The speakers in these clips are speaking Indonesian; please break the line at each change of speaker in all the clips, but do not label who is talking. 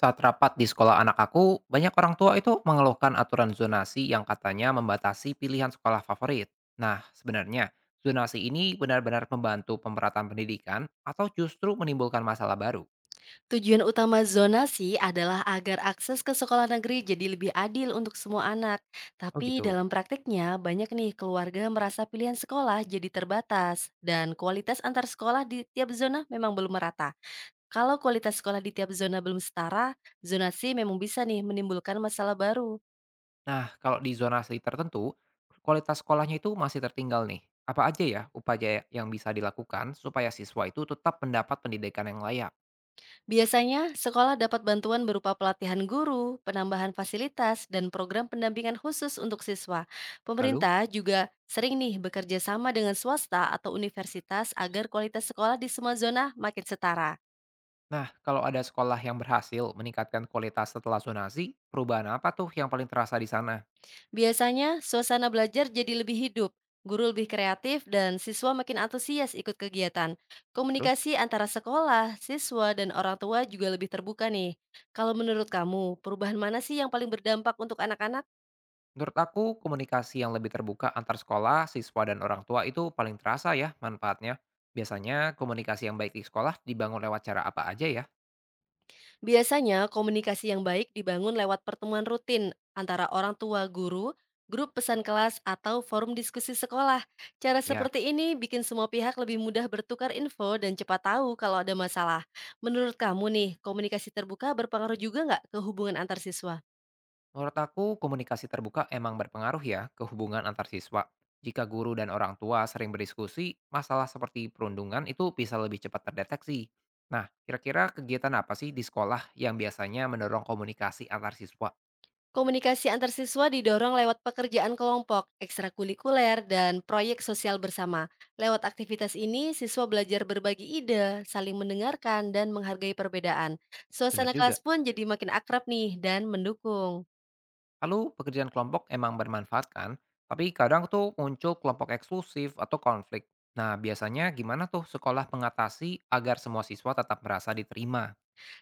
Saat rapat di sekolah anak aku, banyak orang tua itu mengeluhkan aturan zonasi yang katanya membatasi pilihan sekolah favorit. Nah, sebenarnya zonasi ini benar-benar membantu pemerataan pendidikan atau justru menimbulkan masalah baru?
Tujuan utama zonasi adalah agar akses ke sekolah negeri jadi lebih adil untuk semua anak.
Oh
Tapi
gitu.
dalam praktiknya, banyak nih keluarga merasa pilihan sekolah jadi terbatas. Dan kualitas antar sekolah di tiap zona memang belum merata. Kalau kualitas sekolah di tiap zona belum setara, zonasi memang bisa nih menimbulkan masalah baru.
Nah, kalau di zonasi tertentu, kualitas sekolahnya itu masih tertinggal nih. Apa aja ya upaya yang bisa dilakukan supaya siswa itu tetap mendapat pendidikan yang layak?
Biasanya, sekolah dapat bantuan berupa pelatihan guru, penambahan fasilitas, dan program pendampingan khusus untuk siswa.
Lalu,
Pemerintah juga sering nih bekerja sama dengan swasta atau universitas agar kualitas sekolah di semua zona makin setara.
nah kalau ada sekolah yang berhasil meningkatkan kualitas setelah zonasi, perubahan apa tuh yang paling terasa di sana?
Biasanya, suasana belajar jadi lebih hidup, guru lebih kreatif, dan siswa makin antusias ikut kegiatan.
Terus,
Komunikasi antara sekolah, siswa, dan orang tua juga lebih terbuka nih. Kalau menurut kamu, perubahan mana sih yang paling berdampak untuk anak-anak?
menurut aku komunikasi yang lebih terbuka antar sekolah, siswa, dan orang tua itu paling terasa ya manfaatnya. Biasanya komunikasi yang baik di sekolah dibangun lewat cara apa aja ya?
Biasanya, komunikasi yang baik dibangun lewat pertemuan rutin antara orang tua guru, grup pesan kelas, atau forum diskusi sekolah. Cara
Ya,
seperti ini bikin semua pihak lebih mudah bertukar info dan cepat tahu kalau ada masalah. Menurut kamu nih, komunikasi terbuka berpengaruh juga nggak ke hubungan antar siswa?
menurut aku komunikasi terbuka emang berpengaruh ya ke hubungan antar siswa. Jika guru dan orang tua sering berdiskusi, masalah seperti perundungan itu bisa lebih cepat terdeteksi. Nah, kira-kira kegiatan apa sih di sekolah yang biasanya mendorong komunikasi antar siswa?
Komunikasi antar siswa didorong lewat pekerjaan kelompok, ekstrakurikuler, dan proyek sosial bersama. Lewat aktivitas ini, siswa belajar berbagi ide, saling mendengarkan, dan menghargai perbedaan.
Benar
Suasana
juga.
kelas pun jadi makin akrab nih dan mendukung.
Lalu pekerjaan kelompok emang bermanfaat kan, tapi kadang tuh muncul kelompok eksklusif atau konflik. Nah, biasanya gimana tuh sekolah mengatasi agar semua siswa tetap merasa diterima?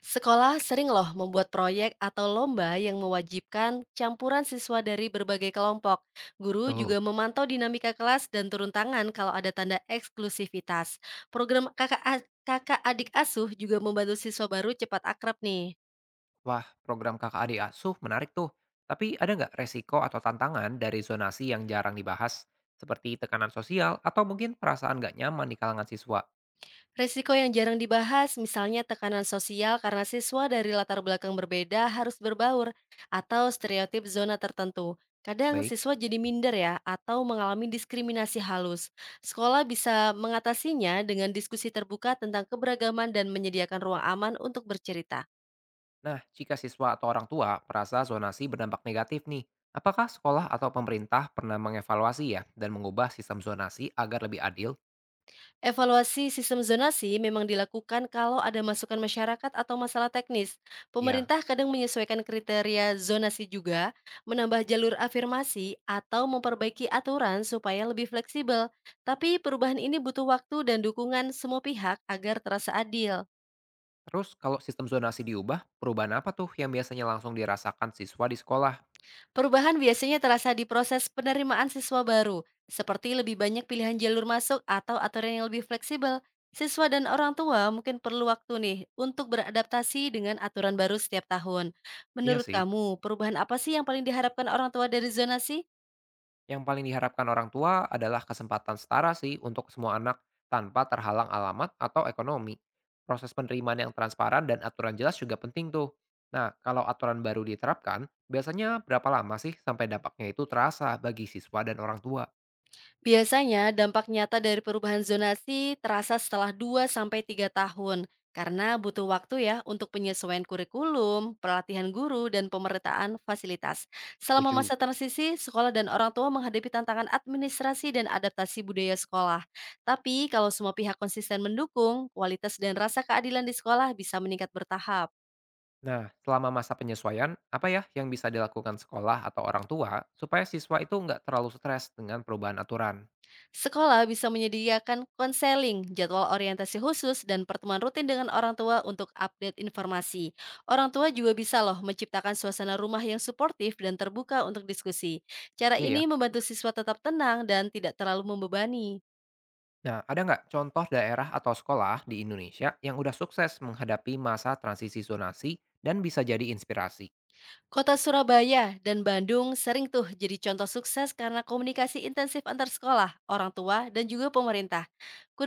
Sekolah sering loh membuat proyek atau lomba yang mewajibkan campuran siswa dari berbagai kelompok. Guru juga
Betul.
memantau dinamika kelas dan turun tangan kalau ada tanda eksklusivitas. Program kakak, kakak adik asuh juga membantu siswa baru cepat akrab nih.
Wah, program kakak adik asuh menarik tuh. Tapi ada nggak resiko atau tantangan dari zonasi yang jarang dibahas? Seperti tekanan sosial atau mungkin perasaan nggak nyaman di kalangan siswa?
Risiko yang jarang dibahas, misalnya tekanan sosial karena siswa dari latar belakang berbeda harus berbaur, atau stereotip zona tertentu. Kadang
Baik.
siswa jadi minder ya, atau mengalami diskriminasi halus. Sekolah bisa mengatasinya dengan diskusi terbuka tentang keberagaman dan menyediakan ruang aman untuk bercerita.
Nah, jika siswa atau orang tua merasa zonasi berdampak negatif nih, apakah sekolah atau pemerintah pernah mengevaluasi ya dan mengubah sistem zonasi agar lebih adil?
Evaluasi sistem zonasi memang dilakukan kalau ada masukan masyarakat atau masalah teknis.
Ya.
Pemerintah kadang menyesuaikan kriteria zonasi juga, menambah jalur afirmasi, atau memperbaiki aturan supaya lebih fleksibel. Tapi perubahan ini butuh waktu dan dukungan semua pihak agar terasa adil.
Terus kalau sistem zonasi diubah, perubahan apa tuh yang biasanya langsung dirasakan siswa di sekolah?
Perubahan biasanya terasa di proses penerimaan siswa baru, seperti lebih banyak pilihan jalur masuk atau aturan yang lebih fleksibel. Siswa dan orang tua mungkin perlu waktu nih untuk beradaptasi dengan aturan baru setiap tahun.
Iya
Menurut
sih.
kamu, perubahan apa sih yang paling diharapkan orang tua dari zonasi?
Yang paling diharapkan orang tua adalah kesempatan setara sih untuk semua anak tanpa terhalang alamat atau ekonomi. Proses penerimaan yang transparan dan aturan jelas juga penting tuh. Nah, kalau aturan baru diterapkan, biasanya berapa lama sih sampai dampaknya itu terasa bagi siswa dan orang tua?
Biasanya dampak nyata dari perubahan zonasi terasa setelah 2 sampai 3 tahun karena butuh waktu ya untuk penyesuaian kurikulum, pelatihan guru, dan pemerataan fasilitas. Selama
Tujuh.
masa transisi, sekolah dan orang tua menghadapi tantangan administrasi dan adaptasi budaya sekolah. Tapi kalau semua pihak konsisten mendukung, kualitas dan rasa keadilan di sekolah bisa meningkat bertahap.
Nah, selama masa penyesuaian, apa ya yang bisa dilakukan sekolah atau orang tua supaya siswa itu nggak terlalu stres dengan perubahan aturan?
Sekolah bisa menyediakan konseling, jadwal orientasi khusus, dan pertemuan rutin dengan orang tua untuk update informasi. Orang tua juga bisa loh menciptakan suasana rumah yang suportif dan terbuka untuk diskusi. Cara
Iya
ini
ya.
membantu siswa tetap tenang dan tidak terlalu membebani.
Nah, ada nggak contoh daerah atau sekolah di Indonesia yang udah sukses menghadapi masa transisi zonasi dan bisa jadi inspirasi?
Kota Surabaya dan Bandung sering tuh jadi contoh sukses karena komunikasi intensif antar sekolah, orang tua, dan juga pemerintah.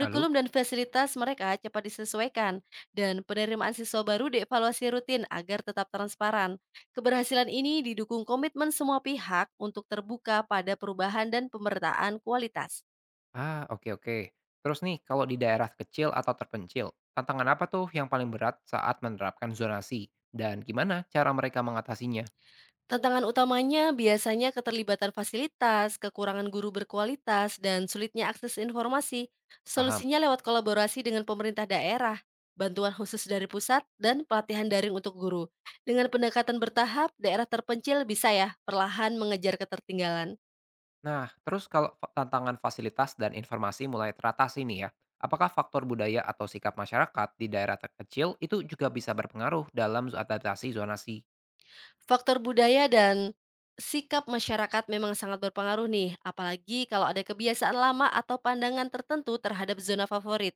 Lalu?
dan fasilitas mereka cepat disesuaikan, dan penerimaan siswa baru dievaluasi rutin agar tetap transparan. Keberhasilan ini didukung komitmen semua pihak untuk terbuka pada perubahan dan pemerataan kualitas.
Ah, oke oke. Terus nih, kalau di daerah kecil atau terpencil, tantangan apa tuh yang paling berat saat menerapkan zonasi? Dan gimana cara mereka mengatasinya?
Tantangan utamanya biasanya keterlibatan fasilitas, kekurangan guru berkualitas, dan sulitnya akses informasi.
Paham.
Solusinya lewat kolaborasi dengan pemerintah daerah, bantuan khusus dari pusat, dan pelatihan daring untuk guru. Dengan pendekatan bertahap, daerah terpencil bisa ya perlahan mengejar ketertinggalan.
Nah, terus kalau tantangan fasilitas dan informasi mulai teratasi nih ya, apakah faktor budaya atau sikap masyarakat di daerah terkecil itu juga bisa berpengaruh dalam adaptasi zonasi?
Faktor budaya dan sikap masyarakat memang sangat berpengaruh nih, apalagi kalau ada kebiasaan lama atau pandangan tertentu terhadap zona favorit.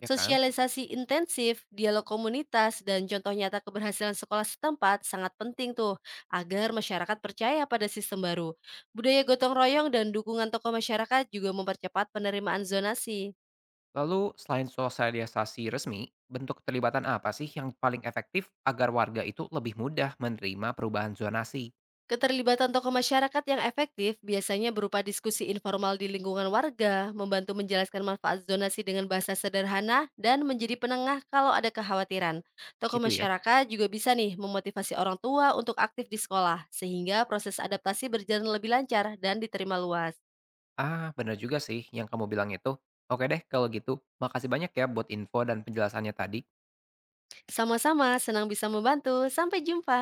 Ya kan?
Sosialisasi intensif, dialog komunitas, dan contoh nyata keberhasilan sekolah setempat sangat penting tuh agar masyarakat percaya pada sistem baru. Budaya gotong royong dan dukungan tokoh masyarakat juga mempercepat penerimaan zonasi.
Lalu, selain sosialisasi resmi, bentuk keterlibatan apa sih yang paling efektif agar warga itu lebih mudah menerima perubahan zonasi?
Keterlibatan tokoh masyarakat yang efektif biasanya berupa diskusi informal di lingkungan warga, membantu menjelaskan manfaat zonasi dengan bahasa sederhana, dan menjadi penengah kalau ada kekhawatiran. Tokoh
Gitu ya.
masyarakat juga bisa nih memotivasi orang tua untuk aktif di sekolah, sehingga proses adaptasi berjalan lebih lancar dan diterima luas.
Ah, bener juga sih yang kamu bilang itu. Oke deh, kalau gitu, makasih banyak ya buat info dan penjelasannya tadi.
Sama-sama, senang bisa membantu. Sampai jumpa.